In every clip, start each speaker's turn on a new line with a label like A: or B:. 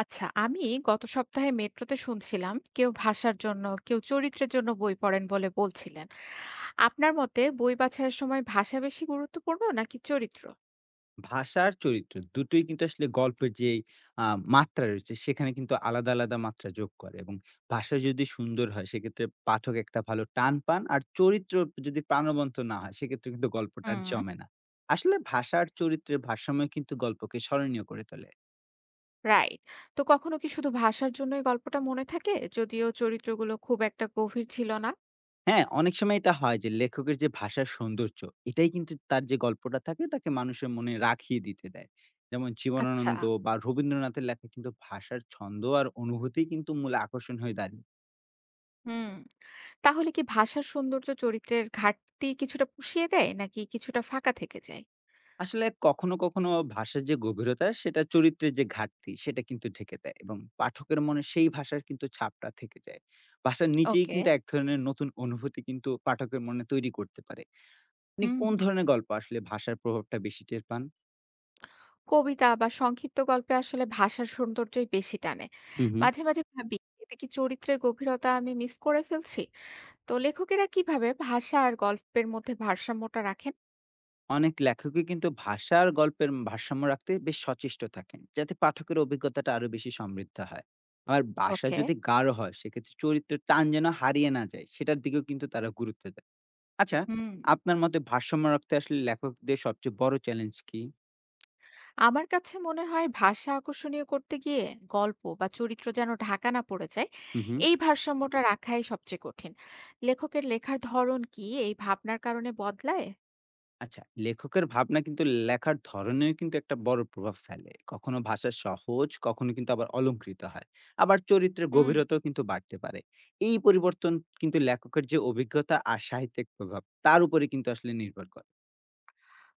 A: আচ্ছা, আমি গত সপ্তাহে মেট্রোতে শুনছিলাম কেউ ভাষার জন্য, কেউ চরিত্রের জন্য বই পড়েন বলে বলছিলেন। আপনার মতে বই বাছার সময় ভাষা বেশি গুরুত্বপূর্ণ নাকি চরিত্র?
B: ভাষা আর চরিত্র দুটোই কিন্তু আসলে গল্পের যে আ মাত্রা রয়েছে সেখানে কিন্তু আলাদা, আলাদা মাত্রা যোগ করে, এবং ভাষা যদি সুন্দর হয় সেক্ষেত্রে পাঠক একটা ভালো টান পান। আর চরিত্র যদি প্রাণবন্ত না হয় সেক্ষেত্রে কিন্তু গল্পটা আর
A: হুম।
B: জমে না। আসলে ভাষা আর চরিত্রের ভারসাম্যই কিন্তু গল্পকে স্মরণীয় করে তোলে।
A: রাইট। তো কখনো কি শুধু ভাষার জন্যই গল্পটা মনে থাকে যদিও চরিত্রগুলো খুব একটা গভীর ছিল না?
B: হ্যাঁ, অনেক সময় এটা হয় যে, লেখকের যে ভাষার সৌন্দর্য, এটাই কিন্তু তার যে গল্পটা থাকে তাকে মানুষের মনে রাখিয়ে দিতে দেয়। যেমন
A: আচ্ছা।
B: জীবনানন্দ বা রবীন্দ্রনাথের লেখা, কিন্তু ভাষার ছন্দ আর অনুভূতিই কিন্তু মূল আকর্ষণ হয়ে দাঁড়িয়ে।
A: হুম। তাহলে কি ভাষার সৌন্দর্য চরিত্রের ঘাটতি কিছুটা পুষিয়ে দেয় নাকি কিছুটা ফাঁকা থেকে যায়?
B: আসলে কখনো, কখনো ভাষার যে গভীরতা, সেটা চরিত্রের যে ঘাটতি সেটা কিন্তু ঢেকে দেয়, এবং পাঠকের মনে সেই ভাষার কিন্তু ছাপটা থেকে যায়। ভাষার নিচেই
A: ওকে।
B: কিন্তু এক ধরনের নতুন অনুভূতি কিন্তু পাঠকের মনে তৈরি করতে পারে। আপনি
A: হুম।
B: কোন ধরনের গল্প আসলে ভাষার প্রভাবটা বেশি টের পান?
A: কবিতা বা সংক্ষিপ্ত গল্পে আসলে ভাষার সৌন্দর্যই বেশি টানে।
B: হুম, হুম।
A: মাঝে মাঝে ভাবি, এতে কি চরিত্রের গভীরতা আমি মিস করে ফেলছি? তো লেখকেরা কিভাবে ভাষা আর গল্পের মধ্যে ভারসাম্যটা রাখেন?
B: অনেক লেখকই কিন্তু ভাষা আর গল্পের ভারসাম্য রাখতে বেশ সচেষ্ট থাকেন, যাতে পাঠকের অভিজ্ঞতাটা আরো বেশি সমৃদ্ধ হয়। আর ভাষা
A: ওকে।
B: যদি গাঢ় হয় সেক্ষেত্রে চরিত্রের টান যেন হারিয়ে না যায়, সেটার দিকেও কিন্তু তারা গুরুত্ব। আচ্ছা,
A: হুম।
B: আপনার মতে ভারসাম্য রাখতে আসলে লেখকদের সবচেয়ে বড় চ্যালেঞ্জ কি?
A: আমার কাছে মনে হয় ভাষা আকর্ষণীয় করতে গিয়ে গল্প বা চরিত্র যেন ঢাকা না পড়ে যায়,
B: হু, হু।
A: এই ভারসাম্যটা রাখাই সবচেয়ে কঠিন। লেখকের লেখার ধরন কি এই ভাবনার কারণে বদলায়?
B: আচ্ছা, লেখকের ভাবনা কিন্তু লেখার ধরনেও কিন্তু একটা বড় প্রভাব ফেলে। কখনো ভাষা সহজ, কখনো কিন্তু আবার অলংকৃত হয়। আবার চরিত্রের
A: হুম।
B: গভীরতাও কিন্তু বাড়তে পারে। এই পরিবর্তন কিন্তু লেখকের যে অভিজ্ঞতা আর সাহিত্যিক প্রভাব, তার উপরে কিন্তু আসলে নির্ভর করে।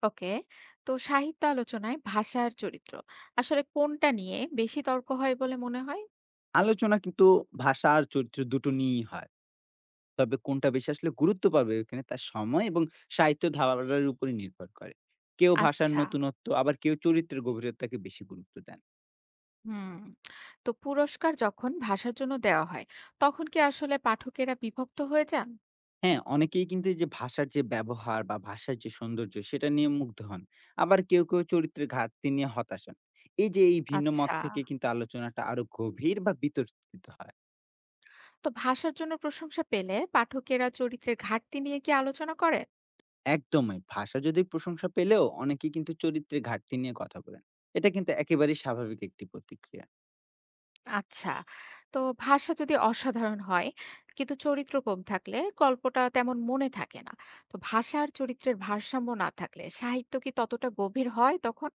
A: ওকে। তো সাহিত্য আলোচনায় ভাষার চরিত্র আসলে কোনটা নিয়ে বেশি তর্ক হয় বলে মনে হয়?
B: আলোচনা কিন্তু ভাষা আর চরিত্র দুটো নিয়েই হয়। তবে কোনটা বেশি আসলে গুরুত্ব পাবে ওইখানে, তার সময় এবং সাহিত্য ধারার উপরে নির্ভর করে। কেউ ভাষার
A: আচ্ছা।
B: নতুনত্ব, আবার কেউ চরিত্রের গভীরতাকে বেশি গুরুত্ব দেন।
A: হুম। তো পুরস্কার যখন ভাষার জন্য দেওয়া হয় তখন কি আসলে পাঠকেরা বিভক্ত হয়ে যান?
B: হ্যাঁ, অনেকেই কিন্তু এই যে ভাষার যে ব্যবহার বা ভাষার যে সৌন্দর্য, সেটা নিয়ে মুগ্ধ হন। আবার কেউ, কেউ চরিত্রের ঘাটতি নিয়ে হতাশ হন। এই যে এই ভিন্ন মত
A: আচ্ছা।
B: থেকে কিন্তু আলোচনাটা আরো গভীর বা বিতর্কিত হয়।
A: তো ভাষার জন্য প্রশংসা পেলে পাঠকেরা চরিত্রের ঘাটতি নিয়ে কি আলোচনা করে?
B: একদমই, ভাষা যদি প্রশংসা পেলেও অনেকেই কিন্তু চরিত্রের ঘাটতি নিয়ে কথা বলেন। এটা কিন্তু একেবারেই স্বাভাবিক একটি প্রতিক্রিয়া।
A: আচ্ছা। তো ভাষা যদি অসাধারণ হয় কিন্তু চরিত্র কম থাকলে গল্পটা তেমন মনে থাকে না। তো ভাষা আর চরিত্রের ভারসাম্য না থাকলে সাহিত্য কি ততটা গভীর হয় তখন?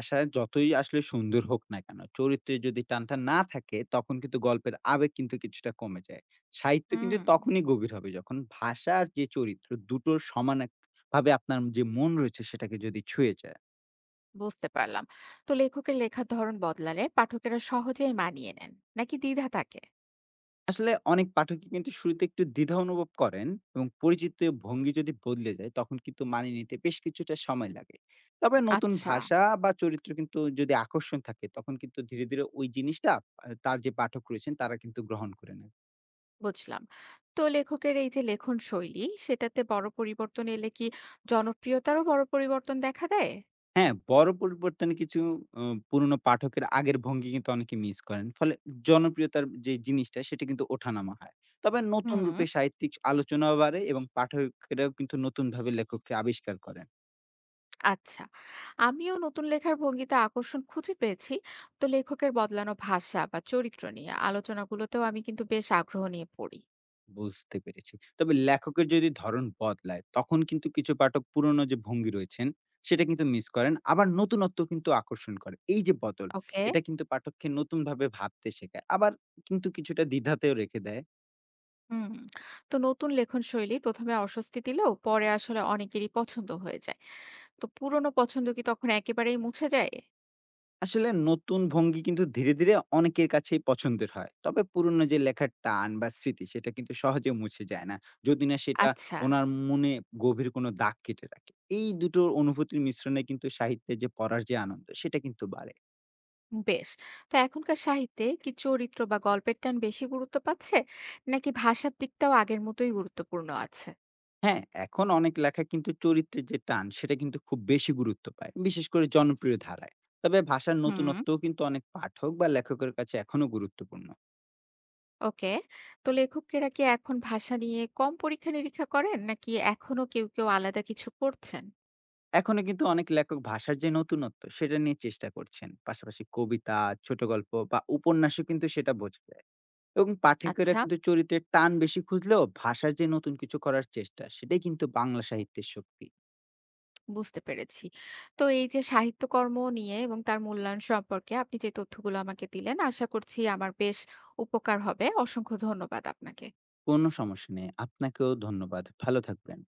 B: আশা যতই আসলে সুন্দর হোক না কেন, চরিত্রে যদি টানটা না থাকে, তখন কিন্তু গল্পের আবেগ কিন্তু কিছুটা কমে যায়। সাহিত্য কিন্তু
A: হুম।
B: তখনই গভীর হবে যখন ভাষা আর যে চরিত্র দুটোর সমান এক ভাবে আপনার যে মন রয়েছে সেটাকে যদি ছুঁয়ে যায়।
A: বুঝতে পারলাম। তো লেখকের লেখার ধরন বদলালে পাঠকেরা সহজেই মানিয়ে নেন নাকি দ্বিধা থাকে?
B: আসলে অনেক পাঠকই কিন্তু শুরুতে একটু দ্বিধা অনুভব করেন, এবং পরিচিত ভঙ্গি যদি বদলে যায় তখন কিন্তু মানিয়ে নিতে বেশ কিছুটা সময় লাগে। তবে নতুন
A: আচ্ছা।
B: ভাষা বা চরিত্র কিন্তু যদি আকর্ষণ থাকে তখন কিন্তু ধীরে, ধীরে ওই জিনিসটা তার যে পাঠক রয়েছেন তারা কিন্তু গ্রহণ করে নেন।
A: বুঝলাম। তো লেখকের এই যে লেখন শৈলী সেটাতে বড় পরিবর্তন এলে কি জনপ্রিয়তারও বড় পরিবর্তন দেখা দেয়?
B: হ্যাঁ, বড় পরিবর্তনে কিছু অ পুরনো পাঠকের আগের ভঙ্গি কিন্তু অনেকে মিস করেন। ফলে জনপ্রিয়তার যে জিনিসটা সেটা কিন্তু ওঠানামা হয়। তবে নতুন
A: হুম।
B: রূপে সাহিত্যিক আলোচনাও বাড়ে, এবং পাঠকেরাও কিন্তু নতুনভাবে লেখককে আবিষ্কার করেন।
A: আচ্ছা। আমিও নতুন লেখার ভঙ্গিতে আকর্ষণ খুঁজে পেয়েছি। তো লেখকের বদলানো ভাষা বা চরিত্র নিয়ে আলোচনাগুলোতেও আমি কিন্তু বেশ আগ্রহ নিয়ে পড়ি।
B: বুঝতে পেরেছি। তবে লেখকের যদি ধরন বদলায় তখন কিন্তু কিছু পাঠক পুরনো যে ভঙ্গি রয়েছেন সেটা কিন্তু মিস করেন। আবার নতুনত্ব কিন্তু আকর্ষণ করে। এই যে বদল,
A: ওকে।
B: এটা কিন্তু পাঠককে নতুনভাবে ভাবতে শেখায়। আবার কিন্তু কিছুটা দ্বিধাতেও রেখে দেয়।
A: হুম। তো নতুন লেখন শৈলী প্রথমে অস্বস্তি দিলেও পরে আসলে অনেকেরই পছন্দ হয়ে যায়। তো পুরনো পছন্দ কি তখন একেবারেই মুছে যায়?
B: আসলে নতুন ভঙ্গি কিন্তু ধীরে, ধীরে অনেকের কাছেই পছন্দের হয়। তবে পুরনো যে লেখার টান বা স্মৃতি, সেটা কিন্তু সহজে মুছে যায় না, যদি না সেটা
A: আচ্ছা।
B: ওনার মনে গভীর কোনো দাগ কেটে রাখে। এই দুটোর অনুভূতির মিশ্রণে কিন্তু সাহিত্যে যে পড়ার যে আনন্দ সেটা কিন্তু বাড়ে।
A: বেশ। তো এখনকার সাহিত্যে কি চরিত্র বা গল্পের টান বেশি গুরুত্ব পাচ্ছে নাকি ভাষার দিকটাও আগের মতোই গুরুত্বপূর্ণ আছে?
B: হ্যাঁ, এখন অনেক লেখা কিন্তু চরিত্রের যে টান সেটা কিন্তু খুব বেশি গুরুত্ব পায়, বিশেষ করে জনপ্রিয় ধারায়। তবে ভাষার
A: হুম।
B: নতুনত্বও কিন্তু অনেক পাঠক বা লেখকের কাছে এখনো গুরুত্বপূর্ণ।
A: ওকে। তো লেখকেরা কি এখন ভাষা নিয়ে কম পরীক্ষা নিরীক্ষা করেন নাকি এখনো কেউ কেউ আলাদা কিছু করছেন?
B: এখনো কিন্তু অনেক লেখক ভাষার যে নতুনত্ব সেটা নিয়ে চেষ্টা করছেন, পাশাপাশি কবিতা, ছোট গল্প বা উপন্যাসও কিন্তু সেটা বোঝা যায়, এবং পাঠকেরা
A: আচ্ছা।
B: কিন্তু চরিত্রের টান বেশি খুঁজলেও ভাষার যে নতুন কিছু করার চেষ্টা, সেটাই কিন্তু বাংলা সাহিত্যের শক্তি।
A: বুঝতে পেরেছি। তো এই যে সাহিত্যকর্ম নিয়ে এবং তার মূল্যায়ন সম্পর্কে আপনি যে তথ্যগুলো আমাকে দিলেন আশা করছি আমার বেশ উপকার হবে। অসংখ্য ধন্যবাদ আপনাকে।
B: কোনো সমস্যা নেই, আপনাকেও ধন্যবাদ, ভালো থাকবেন।